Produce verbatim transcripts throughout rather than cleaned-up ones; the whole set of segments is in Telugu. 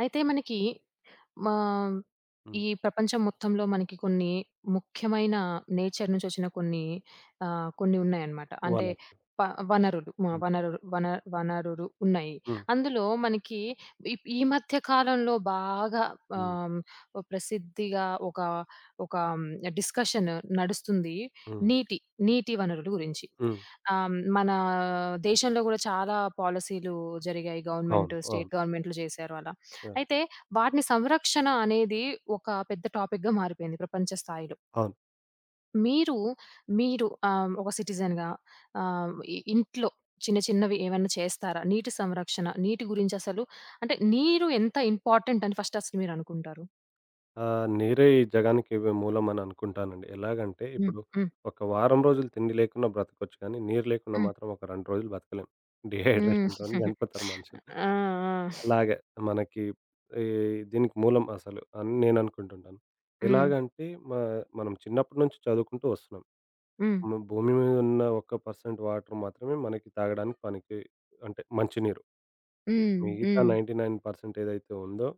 అయితే మనకి మా హ్మ్. ఈ ప్రపంచం మొత్తంలో మనకి కొన్ని ముఖ్యమైన నేచర్ నుంచి వచ్చిన కొన్ని ఆహ్, కొన్ని ఉన్నాయన్నమాట. అంటే వనరు. ప వనరులు మ హ్మ్. వనరులు వన వనరులు ఉన్నాయి. హ్మ్. అందులో మనకి ఈ ఈ మధ్య కాలంలో బాగా హ్మ్. ఆహ్, ప్రసిద్ధిగా ఒక ఒక డిస్కషన్ నడుస్తుంది. హ్మ్. నీటి, నీటి వనరుల గురించి. హ్మ్. ఆహ్, మన దేశంలో గూడా చాలా పాలిసీలు జరిగాయి. అవును. గవర్నమెంట్, అవును. స్టేట్ గవర్నమెంట్‌లు చేశారు అలా. యాహ్! అయితే వాటిని సంరక్షణ అనేది ఒక పెద్ద టాపిక్‌గా మారిపోయింది ప్రపంచ స్థాయిలో. అవును. మీరు, మీరు ఆహ్, ఒక సిటిజన్‌గా ఆహ్, ఇ ఇంట్లో చిన్న చిన్నవి ఏమన్నా చేస్తారా? నీటి సంరక్షణ, నీటి గురించి అసలు అంటే నీరు ఎంత ఇంపార్టెంట్ అని ఫస్ట్ అసలు మీరనుకుంటారు? ఆహ్, నీరే ఈ జగానికి వ్ మూలమని అనుకుంటానండి. ఎలాగంటే హ్మ్. ఇప్పుడు హ్మ్. ఒక వారం రోజులు తిండి లేకున్నా బ్రతకొచ్చు కానీ, నీరు లేకుండా హ్మ్. మాత్రం ఒక రెండు రోజులు బ్రతకలేం. హ్మ్. డీహైడ్రేషన్‌తోని చనిపోతారు మనుషులు. ఆ! ఆ! అలాగే మనకి ఈ దీనికి మూలం అసలు అని నేను అనుకుంటుంటాను. హ్మ్. ఎలాగంటే మ మనం చిన్నప్పటి నుంచి చదువుకుంటూ వస్తున్నాం. హ్మ్. హ్మ్. భూమి మీద ఉన్న ఒక శాతం వాటర్ మాత్రమే మనకి తాగడానికి పనికి, అంటే మంచినీరు. హ్మ్. మిగతా హ్మ్. తొంభై తొమ్మిది శాతం ఏదైతే ఉందో,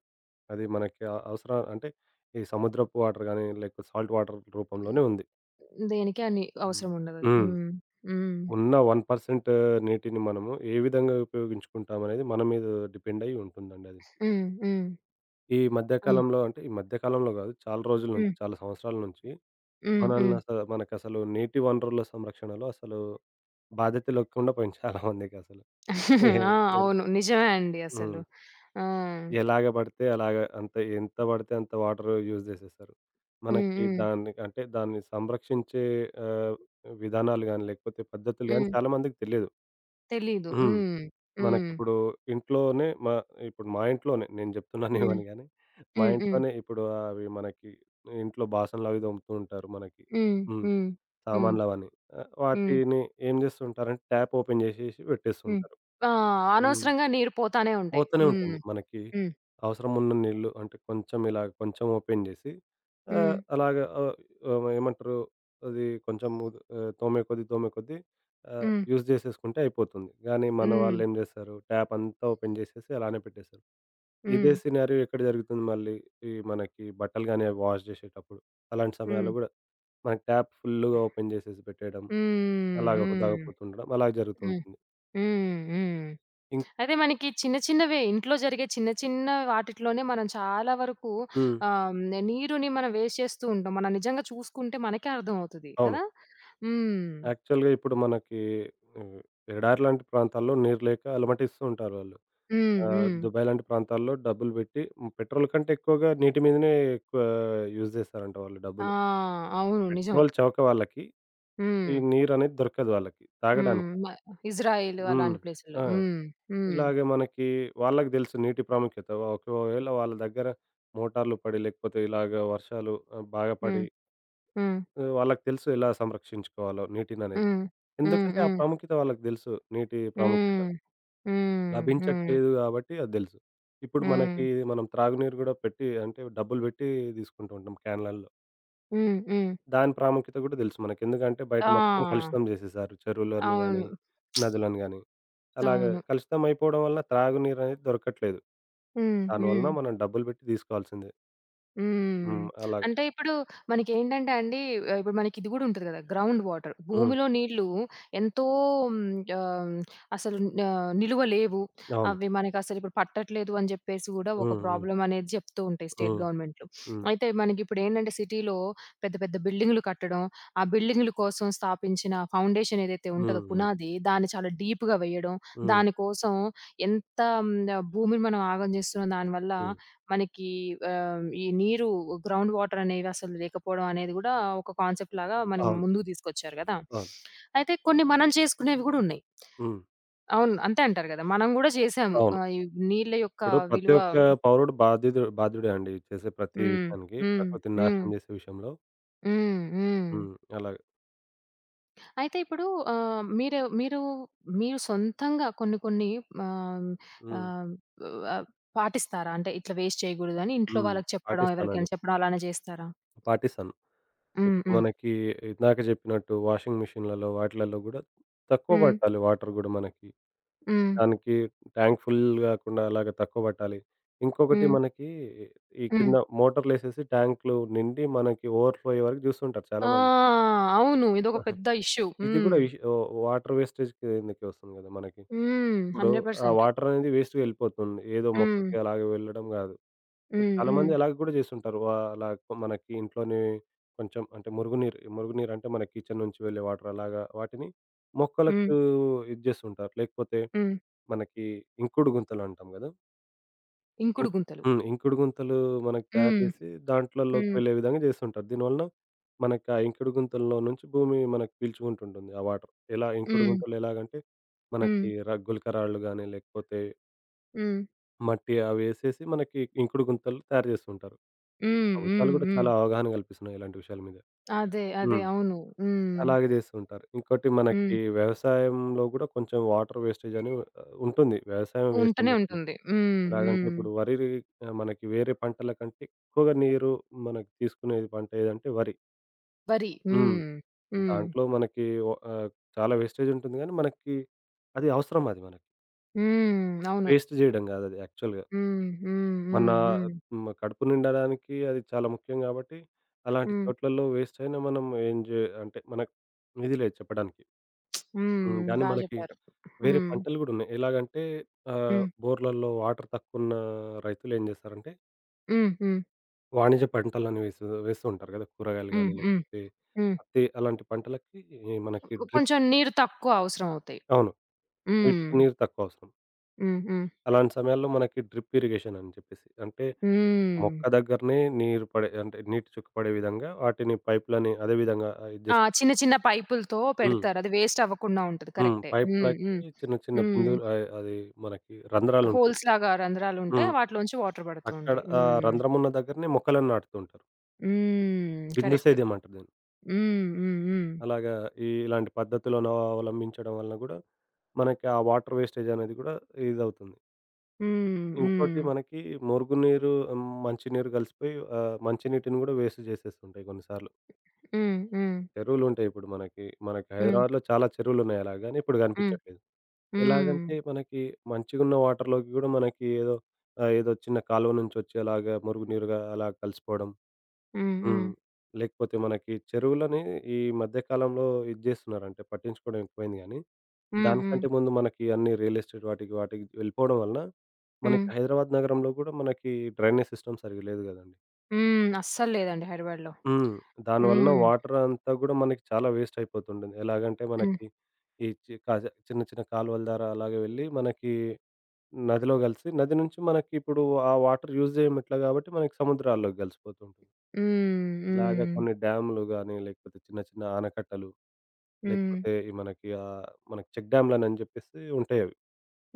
అది మనకి అ అవసరా అంటే, ఈ సముద్రపు వాటర్ గానీ, లేకపోతే సాల్ట్ వాటర్ రూపంలోనే ఉంది. దేనికి అని హ్మ్. అవసరం ఉండదది. హ్మ్. హ్మ్. హ్మ్. ఉన్న ఒక శాతం నీటిని మనము ఏ విధంగా ఉపయోగించుకుంటామనేది మన మీద డిపెండ్ అయ్యి ఉంటుందండి అది. హ్మ్. హ్మ్. ఈ మధ్య హ్మ్. కాలంలో అంటే, ఈ మధ్య కాలంలో గాదు, చాలా రోజుల నుంచి, హ్మ్. చాలా సంవత్సరాల నుంచి హ్మ్. మనల్ని హ్మ్. అసల మనకసలు నీటి వనరుల సంరక్షణలో అసలు బాధ్యత లేకుండా పోయింది చాలా మందికసలు. ఏ ఆ! ఎల్ అవును. నిజమే అండి హ్మ్. అసలు. ఆ! ఎలాగ పడితే అలాగ అంత ఎంత పడితే అంత వాటర్ యూజ్ జేసేశారు. హ్మ్. మనకి హ్మ్. దాన్ని అంటే దాన్ని సంరక్షించే ఆహ్, విధానాలు గాని, లేకపోతే పద్ధతులు గాని హ్మ్. చాలా మందికి తెలియదు. తెలీదు. హ్మ్. హ్మ్. హ్మ్. మనకిప్పుడు ఇంట్లోనే మా ఇప్పుడు మా ఇంట్లోనే నేను జెప్తున్నానేమో హ్మ్. అని గాని, మా హ్మ్. హ్మ్. ఇంట్లోనే ఇప్పుడు అవి మనకి ఇంట్లో బాసనలవి తోముతూ ఉంటారు మనకి. హ్మ్. హ్మ్. హ్మ్. హ్మ్. సామాన్లవన్నీ. ఆహ్, హ్మ్. వాటిని ఏం జేస్తుంటారంటే ట్యాప్ ఓపెన్ జేసేసి హ్మ్. పెట్టేస్తుంటారు. ఆ! హ్మ్. అనవసరంగా నీరు పోతానే ఉంటాయి. పోతూనే హ్మ్. ఉంటుంది. మనకి హ్మ్. అవసరమున్న నీళ్ళు అంటే కొంచెం ఇలా కొంచెం ఓపెన్ జేసి, హ్మ్. ఆహ్, అలాగా ఆహ్, ఆహ్, ఏమంటారు అది కొంచెం ఉద్ ఆహ్, తోమే కొద్దీ, తోమే కొద్దీ ఆహ్, హ్మ్. యూజ్ జేసేసుకుంటే అయిపోతుంది. కానీ మన హ్మ్. వాళ్ళేం జేస్తారు ట్యాప్ అంతా ఓపెన్ జేసేసి అలానే పెట్టేస్తారు. ఇదే హ్మ్. సినారియో ఎక్కడ జరుగుతుంది మళ్ళీ ఈ మనకి బట్టలు గాని అవి వాష్ జేసేటప్పుడు. అలాంటి హ్మ్. సమయాల్లో గూడా మనకి ట్యాప్ ఫుల్లుగా ఓపెన్ జేసేసి పెట్టేయడం, హ్మ్. అలాగ హ్మ్. హ్మ్. తాగపోతుండడం అలాగ జరుగుతూ హ్మ్. ఉంటుంది. హ్మ్. హ్మ్. ఇం అయితే మనకి చిన్న చిన్నవే ఇంట్లో జరిగే చిన్న చిన్న వాటిట్లోనే మనం చాలా వరకు హ్మ్. ఆహ్, నీరుని మనం వేస్ట్ చేస్తూ ఉంటాం. మనం నిజంగా చూసుకుంటే మనకే అర్థమవుతది అవును. కదా! హ్మ్. యాక్చువల్‌గా ఇప్పుడు మనకి హ్మ్. ఎడారి లాంటి ప్రాంతాల్లో నీరు లేక అలమటిస్తూ ఉంటారు వాళ్ళు. హ్మ్. ఆహ్, హ్మ్. దుబాయ్ లాంటి ప్రాంతాల్లో డబ్బులు పెట్టి పెట్రోల్ కంటే ఎక్కువగా నీటి మీదనే ఎక్కువ యూజ్ చేస్తారంట వాళ్ళు ఆ! డబ్బులు. అవును. నిజం. పెట్రోల్ చవక వాళ్ళకి. ఈ హ్మ్. నీరనేది దొరకదు వాళ్ళకి హ్మ్. తాగడానికి. మ ఇజ్రాయిల్ హ్మ్. అలాంటి ప్లేసుల్లో. ఆ! హ్మ్. హ్మ్. ఇలాగే మనకి వాళ్ళకి తెలుసు నీటి ప్రాముఖ్యత. ఒకవేళ వాళ్ళ దగ్గర మోటార్లు పడి లేకపోతే ఇలాగ వర్షాలు ఆహ్, బాగా పడి, హ్మ్. హ్మ్. ఆహ్, వాళ్ళకి తెలుసు ఎలా సంరక్షించుకోవాలో నీటిననేది. హ్మ్. ఎందుకంటే ఆ హ్మ్. ప్రాముఖ్యత వాళ్ళకి తెలుసు నీటి ప్రాముఖ్యత. హ్మ్. హ్మ్. హ్మ్. హ్మ్. లభించట్లేదు గాబట్టి అది దెలుసు. ఇప్పుడు హ్మ్. మనకి మనం త్రాగునీరు గూడా పెట్టి అంటే డబ్బులు బెట్టి తీసుకుంటూ ఉంటాం క్యాన్‌లల్లో. హ్మ్. హ్మ్. దాని ప్రాముఖ్యత గూడా దెలుసు మనకి. ఎందుకంటే బయట మొత్తం ఆ! కలుషితం జేసేశారు. చెరువులని గానీ, అవును. నదులను గానీ. అలాగా అవును. కలుషితం అయిపోవడం వలన త్రాగునీరనేది దొరకట్లేదు. హ్మ్. దాని హ్మ్. వలన మనం డబ్బులు బెట్టి దీసుకోవాల్సిందే. హ్మ్. హ్మ్. అలాగ. అంటే ఇప్పుడు మనకేంటంటే అండి ఆహ్, ఇప్పుడు మనకి ఇది గూడా ఉంటది గదా! Ground water. హ్మ్. భూమిలో నీళ్ళు ఎంతో హ్మ్, ఆహ్, అసలు ఆహ్, నిలువ లేవు. అవును. అవి మనకసలు ఇప్పుడు పట్టట్లేదు అని జెప్పేసి గూడా ఒక హ్మ్. హ్మ్. ప్రాబ్లమ్ అనేది జెప్తూ ఉంటాయి స్టేట్ హ్మ్. గవర్నమెంట్‌లు. హ్మ్. అయితే మనకిప్పుడేంటంటే సిటీలో పెద్ద పెద్ద బిల్డింగులు కట్టడం, ఆ బిల్డింగుల కోసం స్థాపించిన ఫౌండేషన్ ఏదైతే హ్మ్. ఉంటదో హ్మ్. పునాది, దాన్ని చాలా డీప్‌గా వేయడం, హ్మ్. దాని కోసం ఎంత హ్మ్, భూమిని మనం ఆగం జేస్తున్నాం దానివల్ల హ్మ్. మనకి ఆహ్, ఈ నీరు గ్రౌండ్ వాటర్ అనేవి అసలు లేకపోవడం అనేది గూడా ఒక కాన్సెప్ట్ లాగా మనకి అవును. ముందుకు తీసుకొచ్చారు గదా! అవును. అయితే కొన్ని మనం చేసుకునేవి గూడా ఉన్నాయి. హ్మ్. అవును. అంతే అంటారు గదా! మనం గూడా చేసాము. అవును. ఆహ్, ఈ నీళ్ళ యొక్క ఇప్పుడు ప్రతి విలువ. ఒక్క పౌరుడు బాధ్యుడు బాధ్యుడే అండి. చేసే ప్రతి హ్మ్. విషయానికి. హ్మ్. ప్రకృతిని హ్మ్. నాశనం చేసే విషయంలో. హ్మ్. హ్మ్. హ్మ్. అలాగే. అయితే ఇప్పుడు ఆహ్, మీరు మీరు మీరు సొంతంగా కొన్ని కొన్ని ఆహ్, హ్మ్. ఆహ్, ఆహ్, పాటిస్తారా? అంటే ఇట్లా వేస్ట్ చేయకూడదని ఇంట్లో హ్మ్. వాళ్ళకి చెప్పడం, పాటిస్తానండి. ఎవరికైనా చెప్పడం అలానే చేస్తారా? పాటిస్తాను. హ్మ్. ఇప్పుడు హ్మ్. మనకి ఇందాక చెప్పినట్టు వాషింగ్ మిషన్‌లలో వాటిలలో గూడా తక్కువ హ్మ్. పట్టాలి వాటర్ గూడా మనకి. హ్మ్. దానికి ట్యాంక్ ఫుల్ గాకుండా అలాగ తక్కువ పట్టాలి. ఇంకొకటి హ్మ్. మనకి ఈ హ్మ్. కింద మోటార్‌లేసేసి ట్యాంక్‌లు నిండి మనకి ఓవర్‌ఫ్లో అయ్యే వరకు జూస్తుంటారు ఆ! చాలామంది. అవును. ఇదొక పెద్ద ఇష్యూ. ఇది హ్మ్. గూడా ఇష్యూ, వాటర్ వేస్టేజ్‌కి కిందకే వస్తుంది గదా మనకి! హ్మ్. ఇప్పుడు ఆ నూరు శాతం. వాటర్ అనేది వేస్ట్‌గా వెళ్ళిపోతుంది. ఏదో హ్మ్. మొక్కకి అలాగే వెళ్ళడం గాదు. హ్మ్. హ్మ్. చాలామంది అలాగ కూడా చేస్తుంటారు. వా అలా కొ- మనకి ఇంట్లోనే కొంచెం అంటే మురుగునీరు, మురుగునీరు అంటే మన కిచెన్ నుంచి వెళ్ళే వాటర్, అలాగా వాటిని హ్మ్. మొక్కలకు ఇది చేస్తుంటారు. లేకపోతే హ్మ్. మనకి ఇంకుడు గుంతలు అంటాం గదా! ఇం ఇంకుడు గుంతలు. హ్మ్. ఇంకుడు గుంతలు మనకు తయారు హ్మ్. చేసి దాంట్లలోకి హ్మ్. వెళ్ళే విధంగా చేస్తుంటారు. దీనివలన మనకు ఆ ఇంకుడు గుంతల్లో నుంచి భూమి మనకు పీల్చుకుంటుంటుంది ఆ వాటర్. ఎలా ఇంకుడు హ్మ్. గుంతలు ఎలాగంటే హ్మ్. మనకి ర గులకరాళ్ళు గాని లేకపోతే హ్మ్. మట్టి అవేసేసి మనకి ఇంకుడు గుంతలు తయారు చేస్తుంటారు. హ్మ్. ప్రభుత్వాలు హ్మ్. గూడా హ్మ్. చాలా అవగాహన కల్పిస్తున్నాయి ఇలాంటి విషయాల మీద. అదే. అదే. హ్మ్. అవును. హ్మ్. అలాగే చేస్తుంటారు. ఇంకోటి హ్మ్. మనకి వ్యవసాయంలో గూడా కొంచెం వాటర్ వేస్టేజ్ అని ఆహ్, ఉంటుంది. వ్యవసాయం వేస్ట్ అని ఉంటూనే చెప్పట్లేదు. ఉంటుంది. హ్మ్. ఎలాగంటే హ్మ్. ఇప్పుడు వరి, ఆహ్, మనకి వేరే పంటల కంటే ఎక్కువగా నీరు మనకు తీసుకునేది పంట ఏదంటే వరి. వరి. హ్మ్. హ్మ్. హ్మ్. దాంట్లో మనకి ఒ ఆహ్, చాలా వేస్టేజ్ ఉంటుంది గానీ మనకి అది అవసరం అది మనకి. హ్మ్. అవును. వేస్ట్ జేయడం గాదది యాక్చువల్‌గా. హ్మ్. హ్మ్. మన హ్మ్. హ్మ్. హ్మ్. కడుపు నిండడానికి అది చాలా ముఖ్యం గాబట్టి, అలాంటి హ్మ్. చోట్లలో వేస్ట్ అయినా మనం ఎంజాయ్ అంటే మనకు ఇది లేదు చెప్పడానికి. హ్మ్. హ్మ్. కానీ బా మనకి చెప్పారు. వేరే హ్మ్. పంటలు గూడా ఉన్నాయి. ఎలాగంటే ఆహ్, హ్మ్. బోర్‌లలో వాటర్ తక్కువున్న రైతులు ఏం జేస్తారంటే, హ్మ్. హ్మ్. వాణిజ్య పంటలని వేసు వేస్తూ ఉంటారు గదా! కూరగాయలు హ్మ్. గానీ, హ్మ్. లేకపోతే హ్మ్. పత్తి అలాంటి పంటలకి ఈ మనకి డ్రిప్, కొంచెం నీరు తక్కువ అవసరమవుతాయి. అవును. హ్మ్. వీటికి నీరు తక్కువ అవసరం. హ్మ్. హ్మ్. అలాంటి సమయాల్లో మనకి డ్రిప్ ఇరిగేషన్ అని చెప్పేసి అంటే హ్మ్. మొక్క దగ్గరనే నీరు పడే అంటే నీటి చుక్క పడే విధంగా వాటిని పైప్‌లని అదే విధంగా ఆహ్, ఇది ఆ! చేస్తారు. చిన్న చిన్న పైపులతో హ్మ్. పెడతారు. అది వేస్ట్ అవ్వకుండా ఉంటది. హ్మ్. కరెక్టే. హ్మ్. హ్మ్. పైప్‌లకి చిన్న చిన్న హ్మ్. బిందువులు ఆహ్, అది మనకి రంధ్రాలుంటాయి. హోల్స్‌లాగా హ్మ్. రంధ్రాలుంటాయి. వాటిలోంచి వాటర్ పడుతూ అక్కడ ఉంటాయి. ఆ హ్మ్. రంధ్రం ఉన్న దగ్గరనే మొక్కలను నాటుతూ ఉంటారు. హ్మ్. బిందు కరెక్ట్. సేద్యం అంటారు దీన్ని. హ్మ్. హ్మ్. హ్మ్. అలాగా ఈ ఇలాంటి పద్ధతులను అవలంబించడం వలన గూడా మనకి ఆ వాటర్ వేస్టేజ్ అనేది గూడా ఇదవుతుంది. హ్మ్. హ్మ్. ఇంకోటి మనకి మురుగునీరు, మంచినీరు కలిసిపోయి, ఆహ్, మంచినీటిని గూడా వేస్ట్ చేసేస్తుంటాయి కొన్నిసార్లు. హ్మ్. చెరువులుంటాయి ఇప్పుడు మనకి. మనకి హ్మ్. హైదరాబాద్‌లో చాలా చెరువులున్నాయి అలా గాని ఇప్పుడు హ్మ్. కనిపించట్లేదు. ఎలాగంటే మనకి మంచిగున్న వాటర్‌లోకి గూడా మనకి ఏదో ఆహ్, ఏదో చిన్న కాలువ నుంచి వచ్చి అలాగా మురుగునీరుగా అలా కలిసిపోవడం. హ్మ్. హ్మ్. హ్మ్. హ్మ్. లేకపోతే మనకి చెరువులని ఈ మధ్య కాలంలో ఇది జేస్తున్నారు. అంటే పట్టించుకోవడం ఎక్కువైంది గానీ, హ్మ్. హ్మ్. హ్మ్. దానికంటే ముందు మనకి అన్ని రియల్ ఎస్టేట్ వాటికి వాటికి వెళ్ళిపోవడం వలన హ్మ్. మనకి హైదరాబాద్ నగరంలో గూడా మనకి డ్రైనేజ్ సిస్టమ్ సరిగ్గా లేదు గదండీ! హ్మ్. అస్సల్లేదండి హైదరాబాద్‌లో. హ్మ్. దాని వలన హ్మ్. వాటర్ అంతా గూడా మనకి చాలా వేస్ట్ అయిపోతుంటుంది. ఎలాగంటే హ్మ్. మనకి ఈ చి కాజ చిన్న చిన్న కాలువల ద్వారా అలాగే వెళ్ళి మనకి నదిలో కలిసి నది నుంచి మనకి ఇప్పుడు ఆ వాటర్ యూజ్ జేయమట్లా గాబట్టి మనకి సముద్రాల్లోకి గలిసిపోతూ ఉంటుంది. హ్మ్. ఇలాగ హ్మ్. కొన్ని డ్యామ్‌లు గాని, లేకపోతే చిన్న చిన్న ఆనకట్టలు, హ్మ్. లేకపోతే ఈ మనకి ఆహ్, మనకి చెక్ డ్యామ్‌లని జెప్పేసి ఉంటాయి అవి.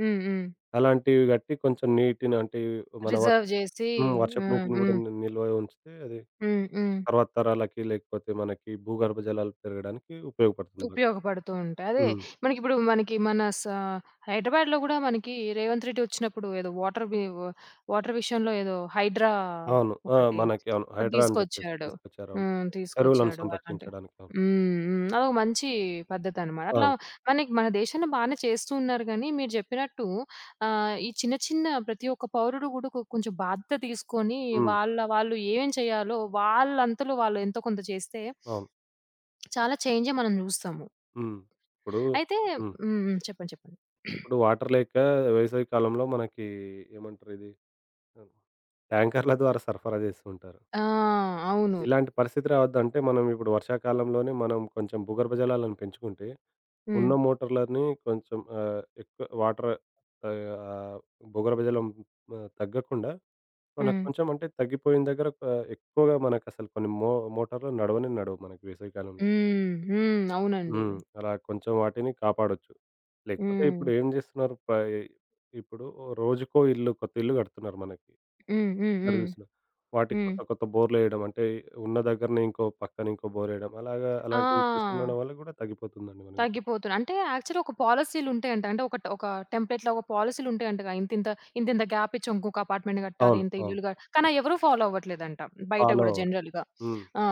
హ్మ్. హ్మ్. అలాంటివి గట్టి కొంచెం నీటిని అంటే మన వర్ రిజర్వ్ జేసి. హ్మ్. వర్షపు హ్మ్. నీటిని గూడా హ్మ్. ని నిల్వ ఉంచితే అది హ్మ్. హ్మ్. తర్వాత తరాలకి లేకపోతే మనకి భూగర్భ జలాలు పెరగడానికి ఉపయోగపడుతుంది. ఉపయోగపడుతూ ఉంటాయి. అదే హ్మ్. మనకిప్పుడు మనకి మన స హైదరాబాద్‌లో గూడా మనకి రేవంత్ రెడ్డి వచ్చినప్పుడు ఏదో వాటర్ వి వాటర్ విషయంలో ఏదో హైడ్రా అవును. ఆ! ఒకటి మనకి అవును. ఒకటి హైడ్రా అని చెప్పేసి తీసుకొచ్చాడు. తీసుకొచ్చారు. అవును. హ్మ్. ఎరువులను తీసుకొచ్చాడు అలాంటి. సంరక్షించడానికి. అవును. హ్మ్. హ్మ్. అదొక మంచి పద్ధతనమాట. అట్లా అవును. మనకి మన దేశంలో బానే చేస్తూ ఉన్నారు గానీ మీరు జెప్పినట్టు ఆహ్, ఈ చిన్న చిన్న ప్రతి ఒక్క పౌరుడు గూడా కొ కొంచెం బాధ్యత తీసుకొని హ్మ్. వాళ్ళ వాళ్ళు ఏమేం చేయాలో వాళ్ళంతలో వాళ్ళు ఎంతో కొంత చేస్తే అవును. చాలా చేంజే మనం జూస్తాము. హ్మ్. ఇప్పుడు అయితే. హ్మ్. హ్మ్. హ్మ్. చెప్పండి. చెప్పండి. ఇప్పుడు వాటర్ లేక వేసవి కాలంలో మనకి, ఏమంటారు ఇది, ట్యాంకర్‌ల ద్వారా సరఫరా చేస్తూ ఉంటారు. ఆ! అవును. ఇలాంటి పరిస్థితి రావద్దంటే మనం ఇప్పుడు వర్షాకాలంలోనే మనం కొంచెం భూగర్భ జలాలను పెంచుకుంటే, హ్మ్. ఉన్న మోటార్‌లన్నీ కొంచెం ఆహ్, ఎక్కువ వాటర్, ఆహ్, భూగర్భజలం ఆహ్, తగ్గకుండా మనకు హ్మ్. కొంచెం అంటే తగ్గిపోయిన దగ్గర ఆహ్, ఎక్కువగా మనకసలు కొన్ని మో మోటార్లు నడవనే నడవవు మనకి వేసవికాలంలో. హ్మ్. హ్మ్. అవునండి. హ్మ్. అలా కొంచెం వాటిని కాపాడొచ్చు. లేకపోతే హ్మ్. ఇప్పుడు ఏం చేస్తున్నారు ప్ర ఇప్పుడు రోజుకో ఇల్లు కొత్త ఇల్లు కడుతున్నారు మనకి. హ్మ్. హ్మ్. ఎక్కడ హ్మ్. చూసినా. వాటికి హ్మ్. కొత్త కొత్త బోర్‌లేయడం అంటే, ఉన్న దగ్గరనే ఇంకో పక్కన ఇంకో బోరేయడం అలాగా అలాంటివి ఆ! చేస్తుండడం వల్ల కూడా తగ్గిపోతుందండి మనకి. తగ్గిపోతున్నా. అంటే యాక్చువల్‌గా ఒక పాలిసీలుంటాయంట. అంటే ఒక ఒక టెంప్లేట్‌లా ఒక పాలిసీలుంటాయంటగా. ఇంతింత ఇంతింత గ్యాప్ ఇచ్చి ఇంకొక అపార్ట్‌మెంట్ కట్టాలి. అవును. ఇంత అవును. ఇల్లులు క కానీ అయ్యెవరు ఫాలో అవ్వట్లేదంట. బయట ఫాలో గూడా అవ్వరు. జనరల్‌గా. హ్మ్. ఆ!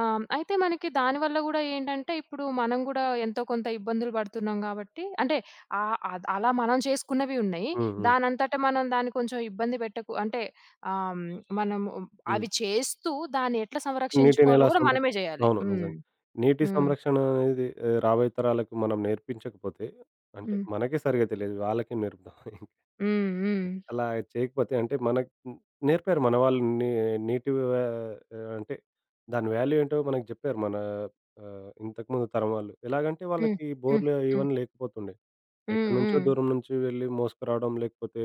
ఆ! అయితే మనకి దానివల్ల గూడా ఏంటంటే, ఇప్పుడు మనం గూడా ఎంతో కొంత ఇబ్బందులు పడుతున్నాం గాబట్టి, అంటే ఆహ్, అద్ అలా మనం చేసుకున్నవి ఉన్నాయి. హ్మ్. హ్మ్. దానంతట మనం దాన్ని కొంచెం ఇబ్బంది పెట్టకు అంటే ఆహ్, హ్మ్, మనము హ్మ్. అవి చేస్తూ దాన్ని ఎట్లా నీటిని సంరక్షించుకోవాలో ఎలా గూడా సంరక్ మనమే జేయాలి. అవును. హ్మ్. నిజంగా. నీటి హ్మ్. సంరక్షణ అనేది, ఆహ్, రాబోయే తరాలకు మనం నేర్పించకపోతే, అంటే హ్మ్. మనకే సరిగ్గా తెలియదు. వాళ్ళకేం నేర్పుతాం. హ్మ్. హ్మ్. అలా చేయకపోతే అంటే మనకు నేర్పారు మన వాళ్ళు నీ నీటి వా అంటే దాని వాల్యూ ఏంటో మనకు జెప్పారు. మన ఆహ్, ఇంతకుముందు తరం వాళ్ళు. ఎలాగంటే హ్మ్. వాళ్ళకి హ్మ్. బోర్‌లు హ్మ్. ఇవన్నీ లేకపోతుండే. ఎక్కడి నుంచో హ్మ్. దూరం నుంచి వెళ్ళి మోసుకురావడం, లేకపోతే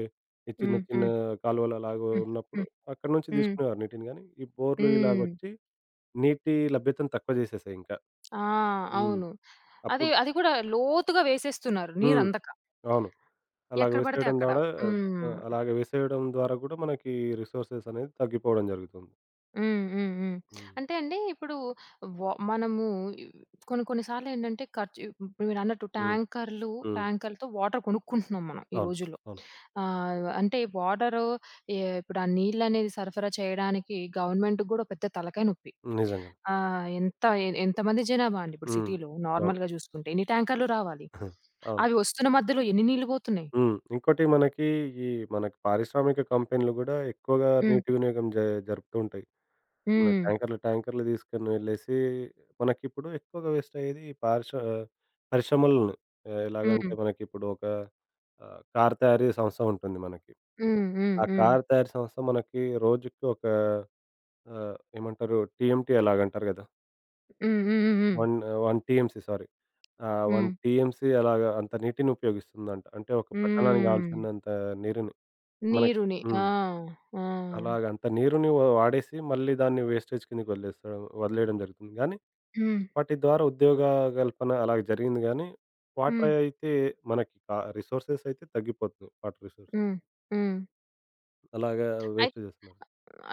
ఈ చిన్న హ్మ్. చిన్న హ్మ్. హ్మ్. కాలువలు అలాగ హ్మ్. ఉన్నప్పుడు హ్మ్. అక్కడి నుంచి హ్మ్. తీసుకునేవారు నీటిని గానీ, ఈ బోర్‌లు హ్మ్. ఇలాగొచ్చి నీటి లభ్యతను తక్కువ జేసేసాయి ఇంకా. ఆ! హ్మ్. అవును. అది అప్పుడు అది గూడా లోతుగా వేసేస్తున్నారు హ్మ్. నీరందక. అవును. అలాగ ఎక్కడ పడితే వేసేయడం అక్కడ. ద్వారా, హ్మ్. ఆహ్, అలాగ వేసేయడం ద్వారా గూడా మనకి రిసోర్సెస్ అనేది తగ్గిపోవడం జరుగుతుంది. హ్మ్. హ్మ్. హ్మ్. హ్మ్. అంటే అండి ఇప్పుడు వ మనము కొన్ని కొన్ని సార్లు ఏంటంటే ఖర్చు ఇప్పుడు మీరన్నట్టు హ్మ్. ట్యాంకర్‌లు హ్మ్. ట్యాంకర్‌లతో వాటర్ కొనుక్కుంటున్నాం మనం ఈ అవును. రోజుల్లో. అవును. ఆహ్, అంటే వాటరు ఎ ఇప్పుడు ఆ నీళ్ళనేది సరఫరా చేయడానికి గవర్నమెంట్‌కి గూడా పెద్ద తలకాయ నొప్పి. నిజంగానే. ఆహ్, ఎంత ఎ ఎంతమంది జనాభా అండి ఇప్పుడు హ్మ్. సిటీలో అవును. నార్మల్‌గా జూసుకుంటే ఎన్ని ట్యాంకర్‌లు రావాలి? అవును. అవి వస్తున్న మధ్యలో ఎన్ని నీళ్ళు పోతున్నాయి? హ్మ్. ఇంకోటి మనకి ఈ మనకి పారిశ్రామిక కంపెనీలు గూడా ఎక్కువగా హ్మ్. నీటి వినియోగం జ జరుపుతూ ఉంటాయి. మన హ్మ్. ట్యాంకర్లు, ట్యాంకర్లు తీసుకొని వెళ్ళేసి మనకిప్పుడు ఎక్కువగా వేస్ట్ అయ్యేది ఈ పారిశ పరిశ్రమలను, ఎలాగంటే హ్మ్. మనకిప్పుడు ఒక ఆహ్, కార్ తయారీ సంస్థ ఉంటుంది మనకి. హ్మ్. హ్మ్. హ్మ్. ఆ హ్మ్. కార్ తయారీ సంస్థ మనకి రోజుకి ఒక ఆహ్, ఏమంటారు టీఎంటీ అలాగంటారు గదా! హ్మ్. హ్మ్. హ్మ్. ఒకటి ఒక టీఎంసీ సారీ. ఆ! ఒక హ్మ్. టీఎంసీ అలాగా అంత నీటిని ఉపయోగిస్తుందంట. అంటే ఒక పట్టణానికి హ్మ్. కావాల్సినంత నీరుని మనకి నీరుని. హ్మ్. ఆ! ఆ! అలాగ అంత నీరుని వ వాడేసి మళ్ళీ దాన్ని వేస్టేజ్ కిందకి వదిలేస్తాం వదిలేయడం జరుగుతుంది. గానీ హ్మ్. వాటి ద్వారా ఉద్యోగ కల్పన అలాగ జరిగింది గానీ, వాటర్ హ్మ్. అయితే మనకి క రిసోర్సెస్ అయితే తగ్గిపోతుంది. Water resource. హ్మ్. హ్మ్. అలాగా వేస్ట్ అయిత్ చేస్తున్నారు.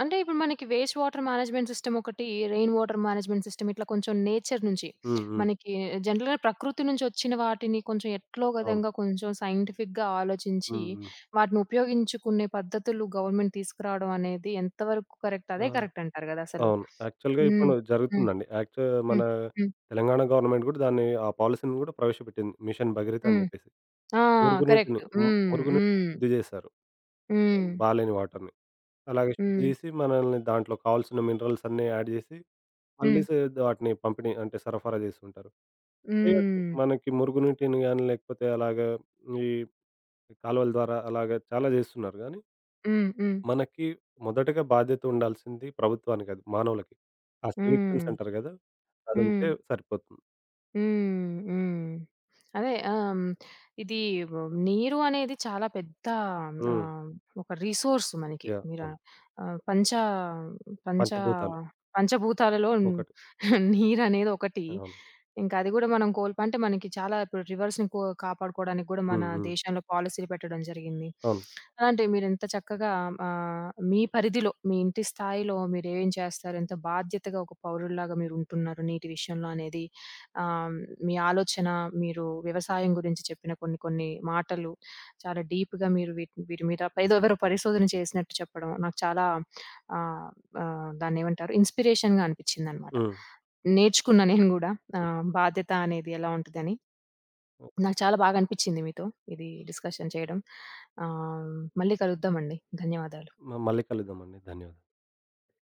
అంటే ఇప్పుడు మనకి వేస్ట్ వాటర్ మేనేజ్మెంట్ సిస్టమ్ ఒకటి, రెయిన్ వాటర్ మేనేజ్మెంట్ సిస్టమ్ ఇట్లా కొంచెం నేచర్ నుంచి హ్మ్. హ్మ్. మనకి జనరల్‌గా ప్రకృతి నుంచి వచ్చిన వాటిని కొంచెం ఎట్లో అవును. విధంగా కొంచెం సైంటిఫిక్‌గా ఆలోచించి హ్మ్. హ్మ్. వాటిని ఉపయోగించుకునే పద్ధతులు గవర్నమెంట్ తీసుకురావడం అనేది ఎంతవరకు కరెక్ట్? ఆ! అదే కరెక్ట్ అంటారు గదా! అసలు. అవును. యాక్చువల్‌గా హ్మ్. ఇప్పుడు హ్మ్. జరుగుతుందండి. యాక్చు మన హ్మ్. హ్మ్. తెలంగాణ గవర్నమెంట్ గూడా దాన్ని ఆ పాలిసీని గూడా ప్రవేశపెట్టింది. మిషన్ భగీరథ అని హ్మ్. జెప్పేసి. ఆ! మురుగునీటిని కరెక్ట్. హ్మ్. హ్మ్. మురుగునీటిని హ్మ్. శుద్ధి చేశారు. హ్మ్. బాలేని వాటర్‌ని. అలాగే శుద్ధి హ్మ్. చేసి మనల్ని దాంట్లో కావాల్సిన మినరల్స్ అన్నీ యాడ్ జేసి మళ్ళీ హ్మ్. సే వాటిని పంపిణీ అంటే సరఫరా జేస్తుంటారు. చేయొచ్చు. హ్మ్. మనకి మురుగునీటిని గాని, లేకపోతే అలాగా ఈ కాలువల ద్వారా అలాగా చాలా జేస్తున్నారు గానీ, హ్మ్. హ్మ్. మనకి మొదటగా బాధ్యత ఉండాల్సింది ప్రభుత్వానికి, అది మానవులకి. ఆ సివిక్ హ్మ్. సెన్స్ అంటారు గదా! హ్మ్. అదుంటే సరిపోతుంది. హ్మ్. హ్మ్. అదే ఆహ్, హ్మ్. ఇది వ్ నీరు అనేది చాలా పెద్ద హ్మ్. ఆహ్, ఒక రిసోర్స్ మనకి. యాహ్! మీర అవును. ఆహ్, పంచ పంచ పంచభూతాలు పంచభూతాలలో ఒకటి. నీరనేది ఒకటి. అవును. ఇంకా అది గూడా మనం కోల్ప అంటే మనకి చాలా ఇప్పుడు రివర్స్‌ని కో కాపాడుకోవడానికి గూడా మన హ్మ్. హ్మ్. దేశంలో పాలిసీలు పెట్టడం జరిగింది. అవును. అలాంటివి మీరెంత చక్కగా ఆహ్, మీ పరిధిలో, మీ ఇంటి స్థాయిలో మీరేం చేస్తారు? ఎంత బాధ్యతగా ఒక పౌరుడిలాగా మీరుంటున్నారు నీటి విషయంలో అనేది ఆహ్, మీ ఆలోచన, మీరు వ్యవసాయం గురించి చెప్పిన కొన్ని కొన్ని మాటలు చాలా డీప్‌గా మీరు వీటి వీటి మీద ఏదో ఎవరో పరిశోధన చేసినట్టు చెప్పడం నాకు చాలా ఆహ్, ఆహ్, దాన్నేమంటారు ఇన్‌స్పిరేషన్‌గా అనిపించిందనమాట. హ్మ్. నేర్చుకున్నా నేను గూడా హ్మ్. ఆహ్, బాధ్యత అనేది ఎలా ఉంటదని. నాకు చాలా బాగా అనిపించింది మీతో ఇది డిస్కషన్ చేయడం. ఆహ్, మళ్ళీ కలుద్దామండి. ధన్యవాదాలు. మ మళ్ళీ కలుద్దామండి. ధన్యవాదాలు.